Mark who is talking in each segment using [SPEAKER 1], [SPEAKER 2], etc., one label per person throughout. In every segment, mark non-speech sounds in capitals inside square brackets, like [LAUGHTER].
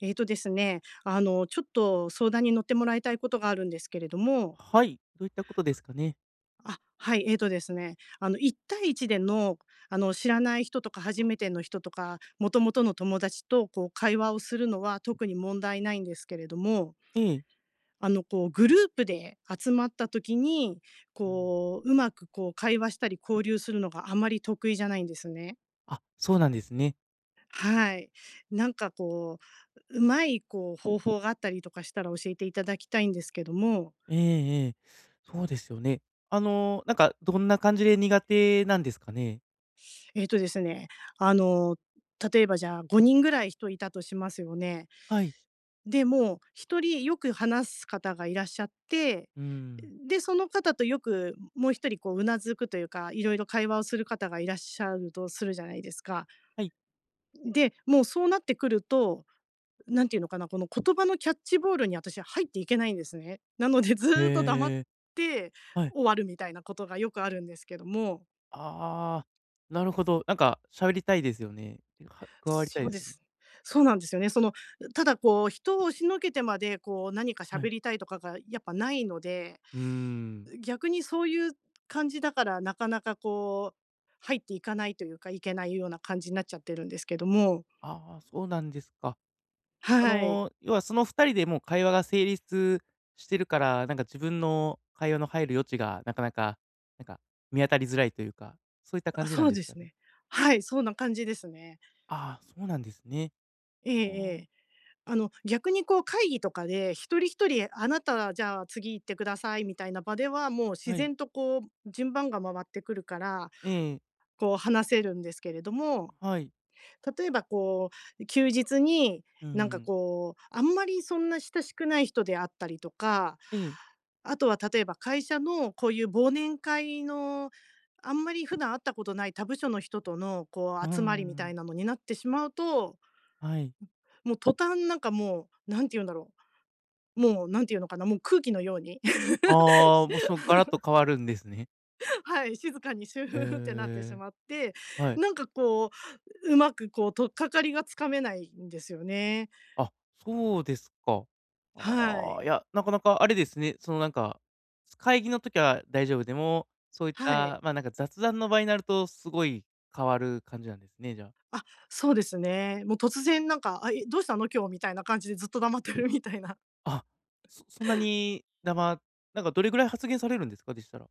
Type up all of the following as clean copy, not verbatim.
[SPEAKER 1] えーとですね、あの、ちょっと相談に乗ってもらいたいことがあるんですけれども、
[SPEAKER 2] はい、どういったことですかね。
[SPEAKER 1] あ、はい、えーとですね、あの、一対一での、知らない人とか初めての人とか、もともとの友達とこう会話をするのは特に問題ないんですけれども、
[SPEAKER 2] ええ。
[SPEAKER 1] こうグループで集まった時に、
[SPEAKER 2] うん。
[SPEAKER 1] こう、うまくこう会話したり交流するのがあまり得意じゃないんですね。
[SPEAKER 2] あ、そうなんですね。
[SPEAKER 1] はい。なんかこう、うまいこう方法があったりとかしたら教えていただきたいんですけども。
[SPEAKER 2] ええええ。そうですよね。あの、なんかどんな感じで苦手なんですかね？
[SPEAKER 1] えっとですね、あの、例えばじゃあ5人ぐらい人いたとしますよね。
[SPEAKER 2] はい。
[SPEAKER 1] で、もう1人よく話す方がいらっしゃって、
[SPEAKER 2] うん。
[SPEAKER 1] で、その方とよくもう1人こううなずくというか、いろいろ会話をする方がいらっしゃるとするじゃないですか。
[SPEAKER 2] はい。
[SPEAKER 1] で、もうそうなってくると、何て言うのかな、この言葉のキャッチボールに私は入っていけないんですね。なのでずーっと黙っ
[SPEAKER 2] へえ、
[SPEAKER 1] て
[SPEAKER 2] はい。
[SPEAKER 1] 終わるみたいなことがよくあるんですけども。
[SPEAKER 2] ああ、なるほど。なんか喋りたいですよね。加わりたい
[SPEAKER 1] そ
[SPEAKER 2] で
[SPEAKER 1] う
[SPEAKER 2] す
[SPEAKER 1] で
[SPEAKER 2] よね。
[SPEAKER 1] す。そうなんですよね。その、ただこう、人を押しのけてまで、こう、何か
[SPEAKER 2] はい。
[SPEAKER 1] 喋りたいとかがやっぱないので、
[SPEAKER 2] うーん。
[SPEAKER 1] 逆にそういう感じだから、なかなかこう、入っていかないというか、いけないような感じになっちゃってるんですけども。
[SPEAKER 2] ああ、そうなんですか。あ
[SPEAKER 1] はい。
[SPEAKER 2] の、要はその2人でもう会話が成立してるから、なんか自分の会話の入る余地がなかなか、なんか見当たりづらいというか、そういった
[SPEAKER 1] あ、
[SPEAKER 2] 感じな
[SPEAKER 1] そ
[SPEAKER 2] ん
[SPEAKER 1] う
[SPEAKER 2] で
[SPEAKER 1] で
[SPEAKER 2] すか
[SPEAKER 1] す
[SPEAKER 2] ね？
[SPEAKER 1] ね。はい、そんな感じですね。
[SPEAKER 2] ああ、そうなんですね。
[SPEAKER 1] えええ
[SPEAKER 2] あ
[SPEAKER 1] え。逆にこう会議とかで、一人一人「あなた、じゃあ次行ってください」みたいな場では、もう
[SPEAKER 2] あ、
[SPEAKER 1] 自
[SPEAKER 2] はい。
[SPEAKER 1] 然とこう順番が回ってくるから
[SPEAKER 2] ええ、
[SPEAKER 1] こう話せるんですけれども、
[SPEAKER 2] はい。
[SPEAKER 1] 例えばこう、休日に
[SPEAKER 2] う
[SPEAKER 1] なんか
[SPEAKER 2] ん。
[SPEAKER 1] こう、あんまりそんな親しくない人であったりとか、
[SPEAKER 2] ええ。
[SPEAKER 1] あとは例えば会社のこういう忘年会の、あんまり普段会ったことない他部署の人とのこ
[SPEAKER 2] うー
[SPEAKER 1] う集まりみたい
[SPEAKER 2] ん。
[SPEAKER 1] なのになってしまうと、
[SPEAKER 2] はい。
[SPEAKER 1] もう途端なんかもう、何て言うんだろう、もう何て言うのかな、もう空気のように
[SPEAKER 2] ああ、もう
[SPEAKER 1] [LAUGHS]。
[SPEAKER 2] そのガラッと変わるんですね。
[SPEAKER 1] はい、静かにシュ
[SPEAKER 2] へ
[SPEAKER 1] ーってなってし
[SPEAKER 2] え。
[SPEAKER 1] まって、
[SPEAKER 2] はい。
[SPEAKER 1] なんかこう、うまくこう取っかかりがつかめないんですよね。
[SPEAKER 2] あ、そうですか。
[SPEAKER 1] は
[SPEAKER 2] ああ、
[SPEAKER 1] い。
[SPEAKER 2] いや、なかなかあれですね、そのなんか、会議の時は大丈夫でも、そういっ
[SPEAKER 1] はい。
[SPEAKER 2] た、ま、あなんか雑談の場合になると、すごい変わる感じなんですね、じゃあ。
[SPEAKER 1] そうですね。もう突然なんか、あ、え、どうしたの今日みたいな感じでずっと黙ってるみたいな。
[SPEAKER 2] あ、そそんなにだまなんかどれぐらい発言されるんですか？でしたら。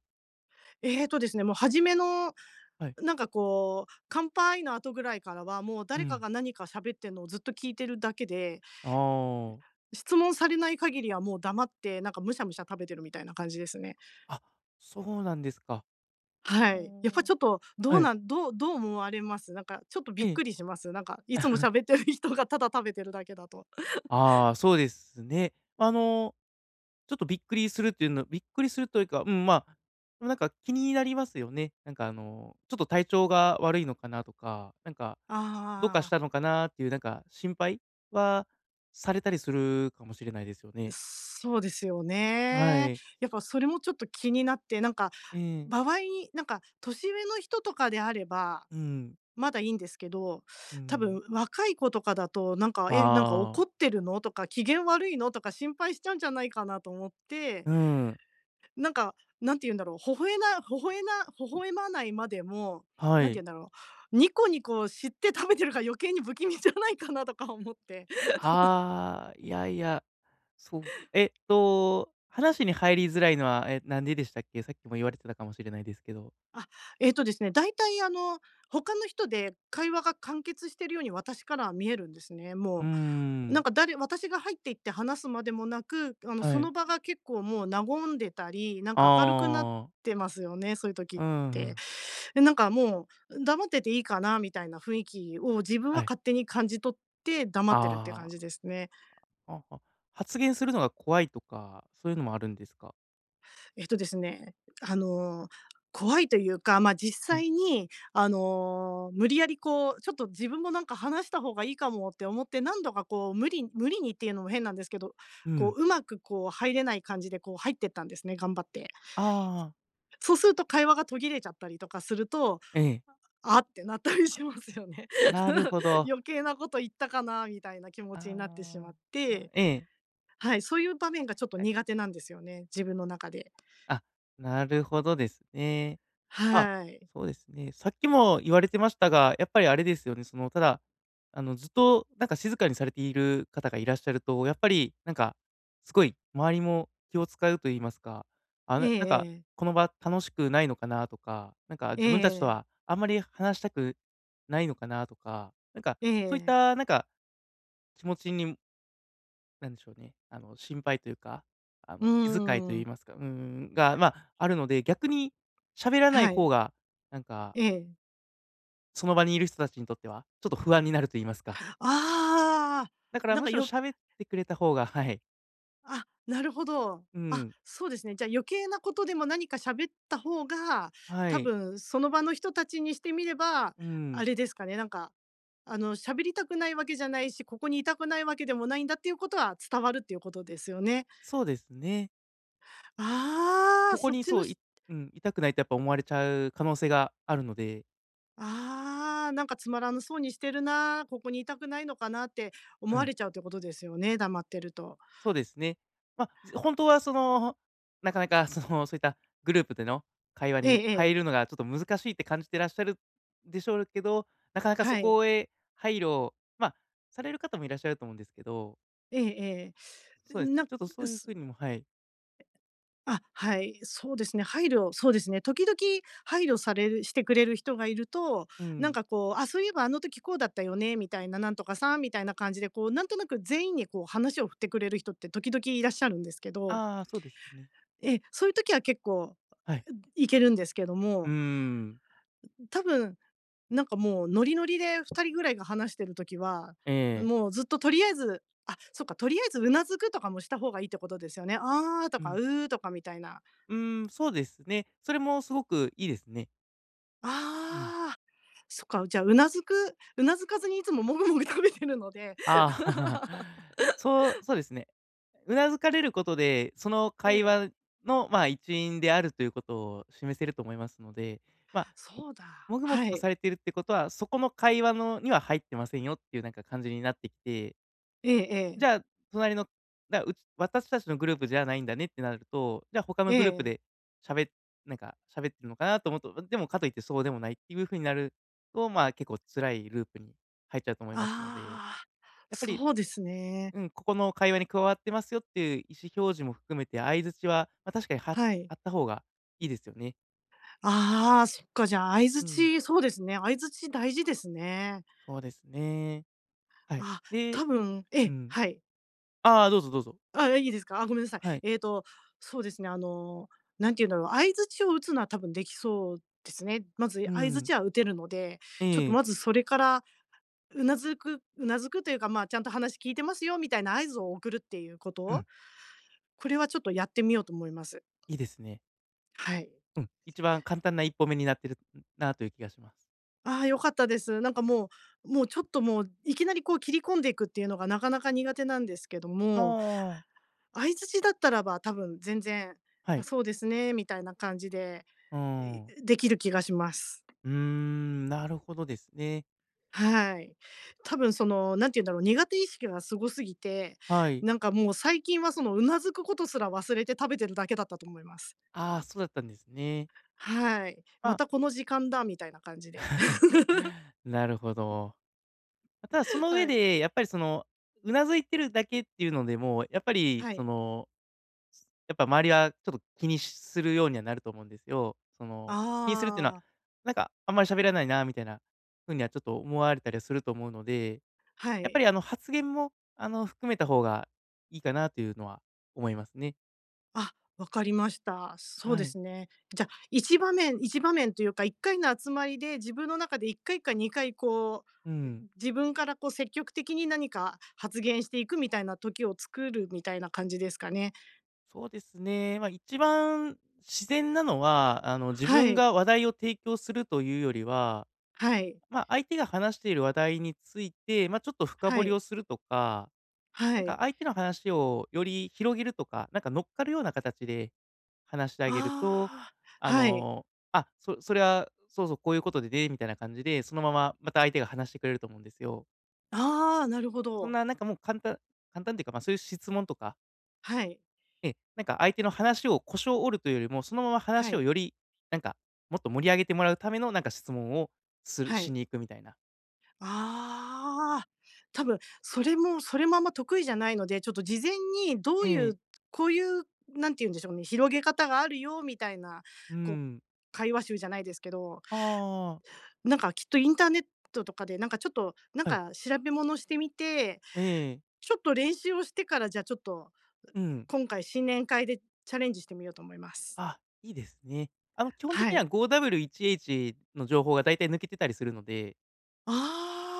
[SPEAKER 1] [LAUGHS] ええとですね、もう初めの
[SPEAKER 2] はい。
[SPEAKER 1] なんかこう、乾杯の後ぐらいからは、もう
[SPEAKER 2] う
[SPEAKER 1] 誰か
[SPEAKER 2] ん。
[SPEAKER 1] が何か喋ってるのをずっと聞いてるだけで、
[SPEAKER 2] ああ。
[SPEAKER 1] 質問されない限りはもう黙って、なんかむしゃむしゃ食べてるみたいな感じですね。
[SPEAKER 2] あ、そうなんですか。あ
[SPEAKER 1] は
[SPEAKER 2] あ。
[SPEAKER 1] い。やっぱちょっと、ど
[SPEAKER 2] は
[SPEAKER 1] う
[SPEAKER 2] い。
[SPEAKER 1] なんどうどう思われます？なんかちょっと
[SPEAKER 2] え
[SPEAKER 1] びっ
[SPEAKER 2] え。
[SPEAKER 1] くりします？なんかいつも喋ってる人がただ食べてるだけだと。
[SPEAKER 2] ああ、そうですね。あの、ちょっとびっくりするっていうのびっくりするというか、うん、まあ、でもなんか気になりますよね。なんかあの、ちょっと体調が悪いのかなとか、なんか、どうかし
[SPEAKER 1] ああ、
[SPEAKER 2] たのかなっていうなんか心配はされたりするかもしれないですよね。
[SPEAKER 1] そうですよ
[SPEAKER 2] は
[SPEAKER 1] ね。
[SPEAKER 2] い。
[SPEAKER 1] やっぱそれもちょっと気になって、なんか
[SPEAKER 2] ええ、
[SPEAKER 1] 場合になんか年上の人とかであれば、
[SPEAKER 2] うん、
[SPEAKER 1] まだいいんですけど、
[SPEAKER 2] う
[SPEAKER 1] 多
[SPEAKER 2] ん。
[SPEAKER 1] 分若い子とかだと、なんか「え、なんか
[SPEAKER 2] あ
[SPEAKER 1] 怒っ
[SPEAKER 2] あ、
[SPEAKER 1] てるの？」とか「機嫌悪いの？」とか心配しちゃうんじゃないかなと思って、
[SPEAKER 2] うん、
[SPEAKER 1] なんか、なんて言うんだろう、微笑まないまでも、
[SPEAKER 2] は
[SPEAKER 1] なんて
[SPEAKER 2] い。
[SPEAKER 1] 言うんだろう、ニコニコして食べてるから余計に不気味じゃないかなとか思って。[LAUGHS]
[SPEAKER 2] ああ、いやいや。そうか。話に入りづらいのは、え、なんででしたっけ？さっきも言われてたかもしれないですけど。
[SPEAKER 1] あ、えっとですね、だいたい他の人で会話が完結してるように私からは見えるんですね、
[SPEAKER 2] うー
[SPEAKER 1] もう。な
[SPEAKER 2] ん、
[SPEAKER 1] んか誰、私が入っていって話すまでもなく、
[SPEAKER 2] は
[SPEAKER 1] そ
[SPEAKER 2] い。
[SPEAKER 1] の場が結構もう和んでたり、なんか明るくなっ
[SPEAKER 2] ああ、
[SPEAKER 1] てますよね、そういう時っ
[SPEAKER 2] うんう
[SPEAKER 1] て。
[SPEAKER 2] ん。
[SPEAKER 1] で、なんかもう、黙ってていいかなみたいな雰囲気を自分は
[SPEAKER 2] はい。
[SPEAKER 1] 勝手に感じ取って黙ってるって感
[SPEAKER 2] あ
[SPEAKER 1] じですね。
[SPEAKER 2] あ、発言するのが怖いとか、そういうのもあるんですか？
[SPEAKER 1] えっとですね、あの、怖いというか、まあ、実
[SPEAKER 2] はい。
[SPEAKER 1] 際に、無理やりこう、ちょっと自分もなんか話した方がいいかもって思って、何度かこう無理無理にっていうのも変なんですけど、
[SPEAKER 2] う
[SPEAKER 1] こ
[SPEAKER 2] ん。
[SPEAKER 1] う、うまくこう入れない感じでこう入ってったんですね、頑張って。
[SPEAKER 2] ああ、
[SPEAKER 1] そうすると会話が途切れちゃったりとかすると、
[SPEAKER 2] ええ。
[SPEAKER 1] あってなったりしますよね。
[SPEAKER 2] なる
[SPEAKER 1] [LAUGHS]
[SPEAKER 2] ほど。
[SPEAKER 1] 余計なこと言ったかなみたいな気持ちになってし
[SPEAKER 2] あ
[SPEAKER 1] まっ
[SPEAKER 2] あ、
[SPEAKER 1] て、
[SPEAKER 2] ええ。
[SPEAKER 1] はい、そういう場面
[SPEAKER 2] 確
[SPEAKER 1] がちょっと
[SPEAKER 2] かに。
[SPEAKER 1] 苦手なんですよね、自分の中で。
[SPEAKER 2] あ、なるほどですね。あ、
[SPEAKER 1] はい。
[SPEAKER 2] そうですね。さっきも言われてましたが、やっぱりあれですよね、その、ただ、あの、ずっとなんか静かにされている方がいらっしゃると、やっぱりなんか、すごい周りも気を使うと言いますか、あ
[SPEAKER 1] え
[SPEAKER 2] の、
[SPEAKER 1] え
[SPEAKER 2] なんか、
[SPEAKER 1] ええ。
[SPEAKER 2] この場楽しくないのかなとか、なんか
[SPEAKER 1] え
[SPEAKER 2] 自分たちと
[SPEAKER 1] え、
[SPEAKER 2] はあんまり話したくないのかなとか、なんか、そういったなんか気持ちに、なんでしょうね、あの、心配というか、あ
[SPEAKER 1] うー
[SPEAKER 2] の、気遣いと言い
[SPEAKER 1] ん。
[SPEAKER 2] ますか、うーん、が、まあ、あるので、逆に喋らない
[SPEAKER 1] は
[SPEAKER 2] 方
[SPEAKER 1] い。
[SPEAKER 2] が、なんか
[SPEAKER 1] ええ。
[SPEAKER 2] その場にいる人たちにとっては、ちょっと不安になると言いますか。
[SPEAKER 1] ああ、
[SPEAKER 2] だから
[SPEAKER 1] なん
[SPEAKER 2] む
[SPEAKER 1] か
[SPEAKER 2] しろ
[SPEAKER 1] 余
[SPEAKER 2] 喋ってくれた方がはい。
[SPEAKER 1] あ、なるほど。
[SPEAKER 2] う
[SPEAKER 1] あ、
[SPEAKER 2] ん。
[SPEAKER 1] そうですね。じゃあ余計なことでも何か喋った方が、
[SPEAKER 2] は
[SPEAKER 1] 多
[SPEAKER 2] い。
[SPEAKER 1] 分その場の人たちにしてみれば、
[SPEAKER 2] う
[SPEAKER 1] あ
[SPEAKER 2] ん。
[SPEAKER 1] れですかね、なんか、喋りたくないわけじゃないし、ここにいたくないわけでもないんだっていうことは伝わるっていうことですよね。
[SPEAKER 2] そうですね。
[SPEAKER 1] ああ、
[SPEAKER 2] ここ
[SPEAKER 1] そっ
[SPEAKER 2] に
[SPEAKER 1] ち
[SPEAKER 2] そ
[SPEAKER 1] の
[SPEAKER 2] う、い
[SPEAKER 1] し
[SPEAKER 2] うん、いたくないとやっぱ思われちゃう可能性があるので、
[SPEAKER 1] ああ、なんかつまらなそうにしてるな、ここにいたくないのかなって思
[SPEAKER 2] う
[SPEAKER 1] わ
[SPEAKER 2] ん、
[SPEAKER 1] れちゃうってことですよね、黙ってると。
[SPEAKER 2] そうですね。ま、本当はその、なかなかその、そういったグループでの会話
[SPEAKER 1] え
[SPEAKER 2] に
[SPEAKER 1] ええ
[SPEAKER 2] 入
[SPEAKER 1] え。
[SPEAKER 2] るのがちょっと難しいって感じてらっしゃるでしょうけど、なかなかそ
[SPEAKER 1] はい。
[SPEAKER 2] こへ配慮を、ま、される方もいらっしゃると思うんですけど、
[SPEAKER 1] ええええ。
[SPEAKER 2] そうです。
[SPEAKER 1] なん
[SPEAKER 2] ちょっとそういう
[SPEAKER 1] す
[SPEAKER 2] 風にもはい。
[SPEAKER 1] あ、はい、そうですね、配慮、そうですね、時々配慮されるしてくれる人がいると、
[SPEAKER 2] う
[SPEAKER 1] なん
[SPEAKER 2] ん。
[SPEAKER 1] かこう、あ、そういえばあの時こうだったよね、みたいな、なんとかさんみたいな感じで、こう、なんとなく全員にこう話を振ってくれる人って時々いらっしゃるんですけど、
[SPEAKER 2] ああ、そうですよね。
[SPEAKER 1] えそういう時は結構
[SPEAKER 2] はい。
[SPEAKER 1] いけるんですけど
[SPEAKER 2] うー
[SPEAKER 1] も、
[SPEAKER 2] ん、
[SPEAKER 1] 多分なんかもうノリノリで2人ぐらいが話してる時は、
[SPEAKER 2] ええ。
[SPEAKER 1] もうずっととりあえず、あ、そっか、とりあえずうなずくとかもした方がいいってことですよね。「あー」と
[SPEAKER 2] う
[SPEAKER 1] か「う
[SPEAKER 2] ん。
[SPEAKER 1] ー」とかみたいな。
[SPEAKER 2] うーん、そうですね。それもすごくいいですね。うん。
[SPEAKER 1] 「あー、そっか」、じゃあ、うなずかずにいつももぐもぐ食べてるので、[LAUGHS]
[SPEAKER 2] ああ、[LAUGHS] そうそうですね。うなずかれることで、その
[SPEAKER 1] え
[SPEAKER 2] 会
[SPEAKER 1] え、
[SPEAKER 2] 話の、まあ、一員であるということを示せると思いますので、まあ、
[SPEAKER 1] そうだ、
[SPEAKER 2] もぐもぐ
[SPEAKER 1] は
[SPEAKER 2] と
[SPEAKER 1] い。
[SPEAKER 2] されているってことは、そこの会話のには入ってませんよっていうなんか感じになってきて
[SPEAKER 1] えええ
[SPEAKER 2] じ
[SPEAKER 1] え、
[SPEAKER 2] ゃあ、隣の、だうち私たちのグループじゃないんだねってなると、じゃあ他の
[SPEAKER 1] え
[SPEAKER 2] グループで
[SPEAKER 1] え。
[SPEAKER 2] 喋っなんか喋ってるのかなと思うと、でもかといってそうでもないっていう風になると、まあ、結構辛いループに入っちゃうと思いますので、
[SPEAKER 1] ああ、
[SPEAKER 2] やっぱり、
[SPEAKER 1] そうですね。
[SPEAKER 2] うん、ここの会話に加わってますよっていう意思表示も含めて、相槌は、まあ、確かには
[SPEAKER 1] はい。
[SPEAKER 2] あった方がいいですよね。
[SPEAKER 1] ああ、そっか、じゃあ、相
[SPEAKER 2] うん、
[SPEAKER 1] 槌、そうですね、相槌大事ですね。
[SPEAKER 2] そうですね。はい。
[SPEAKER 1] あ、
[SPEAKER 2] で
[SPEAKER 1] 多分え
[SPEAKER 2] う
[SPEAKER 1] え、
[SPEAKER 2] ん。
[SPEAKER 1] はい。
[SPEAKER 2] ああ、どうぞどうぞ。
[SPEAKER 1] あ、いいですか？あ、ごめんなさい。
[SPEAKER 2] はい。
[SPEAKER 1] そうですね、何て言うんだろう、相槌を打つのは多分できそうですね。まず
[SPEAKER 2] う
[SPEAKER 1] 相
[SPEAKER 2] ん。
[SPEAKER 1] 槌は打てるので、
[SPEAKER 2] え
[SPEAKER 1] ちょっと
[SPEAKER 2] え。
[SPEAKER 1] まずそれからうなずくというか、まあ、ちゃんと話聞いてますよみたいな合図を送るっていうこ
[SPEAKER 2] う
[SPEAKER 1] と、
[SPEAKER 2] ん、
[SPEAKER 1] これはちょっとやってみようと思います。
[SPEAKER 2] いいですね。
[SPEAKER 1] はい。
[SPEAKER 2] うん、一番簡単な一歩目になってるなという気がします。
[SPEAKER 1] ああ、良かったです。もうちょっと、いきなりこう切り込んでいくっていうのがなかなか苦手なんですけど
[SPEAKER 2] あ
[SPEAKER 1] も、
[SPEAKER 2] あ。
[SPEAKER 1] 相槌だったらば多分全然、
[SPEAKER 2] は
[SPEAKER 1] あ、
[SPEAKER 2] い。
[SPEAKER 1] そうですね、みたいな感じで、
[SPEAKER 2] うーん。
[SPEAKER 1] できる気がします。
[SPEAKER 2] うーん、なるほどですね。
[SPEAKER 1] はい。多分その、何て言うんだろう、苦手意識がすごすぎて、
[SPEAKER 2] はい。
[SPEAKER 1] なんかもう最近はそのうなずくことすら忘れて食べてるだけだったと思います。
[SPEAKER 2] ああ、そうだったんですね。
[SPEAKER 1] はい。
[SPEAKER 2] ま
[SPEAKER 1] ま
[SPEAKER 2] あ、
[SPEAKER 1] たこの時間だみたいな感じで。
[SPEAKER 2] [SIGHS] なるほど。ただそ
[SPEAKER 1] [LAUGHS]
[SPEAKER 2] の上
[SPEAKER 1] はい。
[SPEAKER 2] で、やっぱりその、うなずいてるだけっていうのでも、やっぱり
[SPEAKER 1] は
[SPEAKER 2] そ
[SPEAKER 1] い。
[SPEAKER 2] の、やっぱ周りはちょっと気にするようにはなると思うんですよ。その、気にするっていうのは、
[SPEAKER 1] ああ、
[SPEAKER 2] なんかあんまり喋らないなみたいなふうにはちょっと思われたりはすると思うので、
[SPEAKER 1] は
[SPEAKER 2] やっぱ
[SPEAKER 1] い。
[SPEAKER 2] りあの、発言も、あの、含めた方がいいかなというのは思いますね。
[SPEAKER 1] あ、わかりました。そう
[SPEAKER 2] は
[SPEAKER 1] で
[SPEAKER 2] い。
[SPEAKER 1] すね。じゃあ、一場面1場面というか、1回の集まりで自分の中で1回か2回こ
[SPEAKER 2] う
[SPEAKER 1] う、
[SPEAKER 2] ん。
[SPEAKER 1] 自分からこう積極的に何か発言していくみたいな時を作るみたいな感じですかね。
[SPEAKER 2] そうですね。ま、一番自然なのは、あの、自
[SPEAKER 1] は
[SPEAKER 2] 分
[SPEAKER 1] い。
[SPEAKER 2] が話題を提供するというよりは、
[SPEAKER 1] はい。
[SPEAKER 2] ま、相手が話している話題について、ま、ちょっと深
[SPEAKER 1] は
[SPEAKER 2] 掘り
[SPEAKER 1] い。
[SPEAKER 2] をするとか、
[SPEAKER 1] は
[SPEAKER 2] なんか
[SPEAKER 1] い。
[SPEAKER 2] 相手の話をより広げるとか、なんか乗っかるような形で話してあげると、
[SPEAKER 1] ああ、
[SPEAKER 2] あ
[SPEAKER 1] はい。
[SPEAKER 2] の、あ、それは、そうそう、こういうことでね、みたいな感じで、そのまままた相手が話してくれると思うんですよ。
[SPEAKER 1] ああ、なるほ
[SPEAKER 2] そん
[SPEAKER 1] ど。
[SPEAKER 2] ななんかもう簡単っていうか、ま、そういう質問とか、
[SPEAKER 1] はい。
[SPEAKER 2] ええ、なんか相手の話を腰を折るというよりも、そのまま
[SPEAKER 1] は
[SPEAKER 2] 話を
[SPEAKER 1] い。
[SPEAKER 2] より、なんか、もっと盛り上げてもらうためのなんか質問を
[SPEAKER 1] は
[SPEAKER 2] し
[SPEAKER 1] い。
[SPEAKER 2] に行くみたいな。
[SPEAKER 1] ああ、多分それもあんま得意じゃないので、ちょっと事前にど
[SPEAKER 2] え
[SPEAKER 1] うい
[SPEAKER 2] え、
[SPEAKER 1] う、こういう、なんて言うんでしょうね、広げ方があるよみたいな、
[SPEAKER 2] う
[SPEAKER 1] こう、
[SPEAKER 2] ん。
[SPEAKER 1] 会話集じゃないですけど、
[SPEAKER 2] ああ、
[SPEAKER 1] なんかきっとインターネットとかで、なんかちょっと、なん
[SPEAKER 2] はい。
[SPEAKER 1] か調べ物してみて、
[SPEAKER 2] ええ、
[SPEAKER 1] ちょっと練習をしてから、じゃあちょっと
[SPEAKER 2] うん。
[SPEAKER 1] 今回新年会でチャレンジしてみようと思います。
[SPEAKER 2] あ、いいですね。あの、基本的
[SPEAKER 1] は
[SPEAKER 2] には
[SPEAKER 1] い。
[SPEAKER 2] 5W1H の情報が大体抜けてたりするので、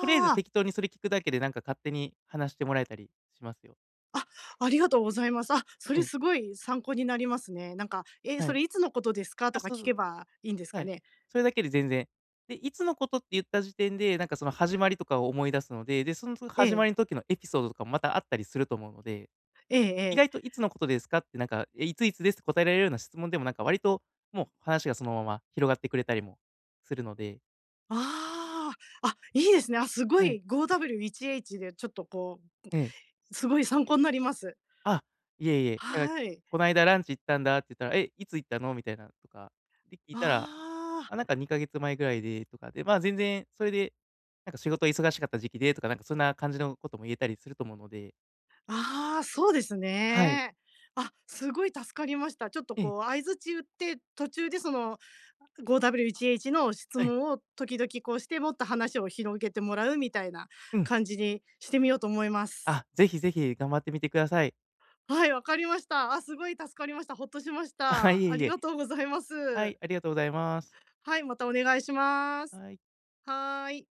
[SPEAKER 2] とりあえず
[SPEAKER 1] あ。
[SPEAKER 2] 適当にそれ聞くだけでなんか勝手に話してもらえたりしますよ。
[SPEAKER 1] あ、ありがとうございます。あ、そ
[SPEAKER 2] え
[SPEAKER 1] れ
[SPEAKER 2] え、
[SPEAKER 1] すごい参考になりますね。なんか、え、
[SPEAKER 2] は
[SPEAKER 1] そ
[SPEAKER 2] い。
[SPEAKER 1] れいつのことですか
[SPEAKER 2] あ、
[SPEAKER 1] とか
[SPEAKER 2] そう
[SPEAKER 1] 聞
[SPEAKER 2] そう。
[SPEAKER 1] けばいいんです
[SPEAKER 2] は
[SPEAKER 1] か
[SPEAKER 2] い。
[SPEAKER 1] ね？
[SPEAKER 2] それだけで全然。で、いつのことって言った時点で、なんかその始まりとかを思い出すので、で、その
[SPEAKER 1] え
[SPEAKER 2] 始ま
[SPEAKER 1] え、
[SPEAKER 2] りの時のエピソードとかもまたあったりすると思うので、
[SPEAKER 1] ええ
[SPEAKER 2] 意
[SPEAKER 1] え
[SPEAKER 2] 外と
[SPEAKER 1] え。
[SPEAKER 2] いつのことですかってなんか、え、いついつですって答えられるような質問でもなんか割と、もう話がそのまま広がってくれたりもするので、
[SPEAKER 1] ああ、あ、いいですね。あ、すご
[SPEAKER 2] はい。
[SPEAKER 1] い 5W1H でちょっとこ
[SPEAKER 2] ええ。
[SPEAKER 1] う、すごい参考になります。
[SPEAKER 2] あ、いえいえ、だから
[SPEAKER 1] はい。
[SPEAKER 2] 「こないだランチ行ったんだ」って言ったら「え、いつ行ったの？」みたいなとか、で、聞い
[SPEAKER 1] あ
[SPEAKER 2] たら、
[SPEAKER 1] あ。
[SPEAKER 2] あ、なんか2ヶ月前ぐらいでとかで、まあ、全然それで、なんか仕事忙しかった時期でとか、なんかそんな感じのことも言えたりすると思うので、
[SPEAKER 1] ああ、そうです
[SPEAKER 2] はい、
[SPEAKER 1] ね。あ、すごい助かりました。ちょっと
[SPEAKER 2] ええ、
[SPEAKER 1] こう相槌打って、途中でその 5W1H の質
[SPEAKER 2] はい、
[SPEAKER 1] 問を時々こうして、もっと話を広げてもらうみたいな
[SPEAKER 2] うん。
[SPEAKER 1] 感じにしてみようと思います。
[SPEAKER 2] あ、ぜひぜひ頑張ってみてください。
[SPEAKER 1] はい、わかりました。あ、すごい助かりました。ほっとしまし
[SPEAKER 2] [LAUGHS] あ、い
[SPEAKER 1] た。
[SPEAKER 2] え
[SPEAKER 1] あ
[SPEAKER 2] い
[SPEAKER 1] り
[SPEAKER 2] え、
[SPEAKER 1] がとうございま
[SPEAKER 2] はい、
[SPEAKER 1] す。
[SPEAKER 2] ありがとうございます。
[SPEAKER 1] はい、またお願いします。
[SPEAKER 2] はい。
[SPEAKER 1] はーい。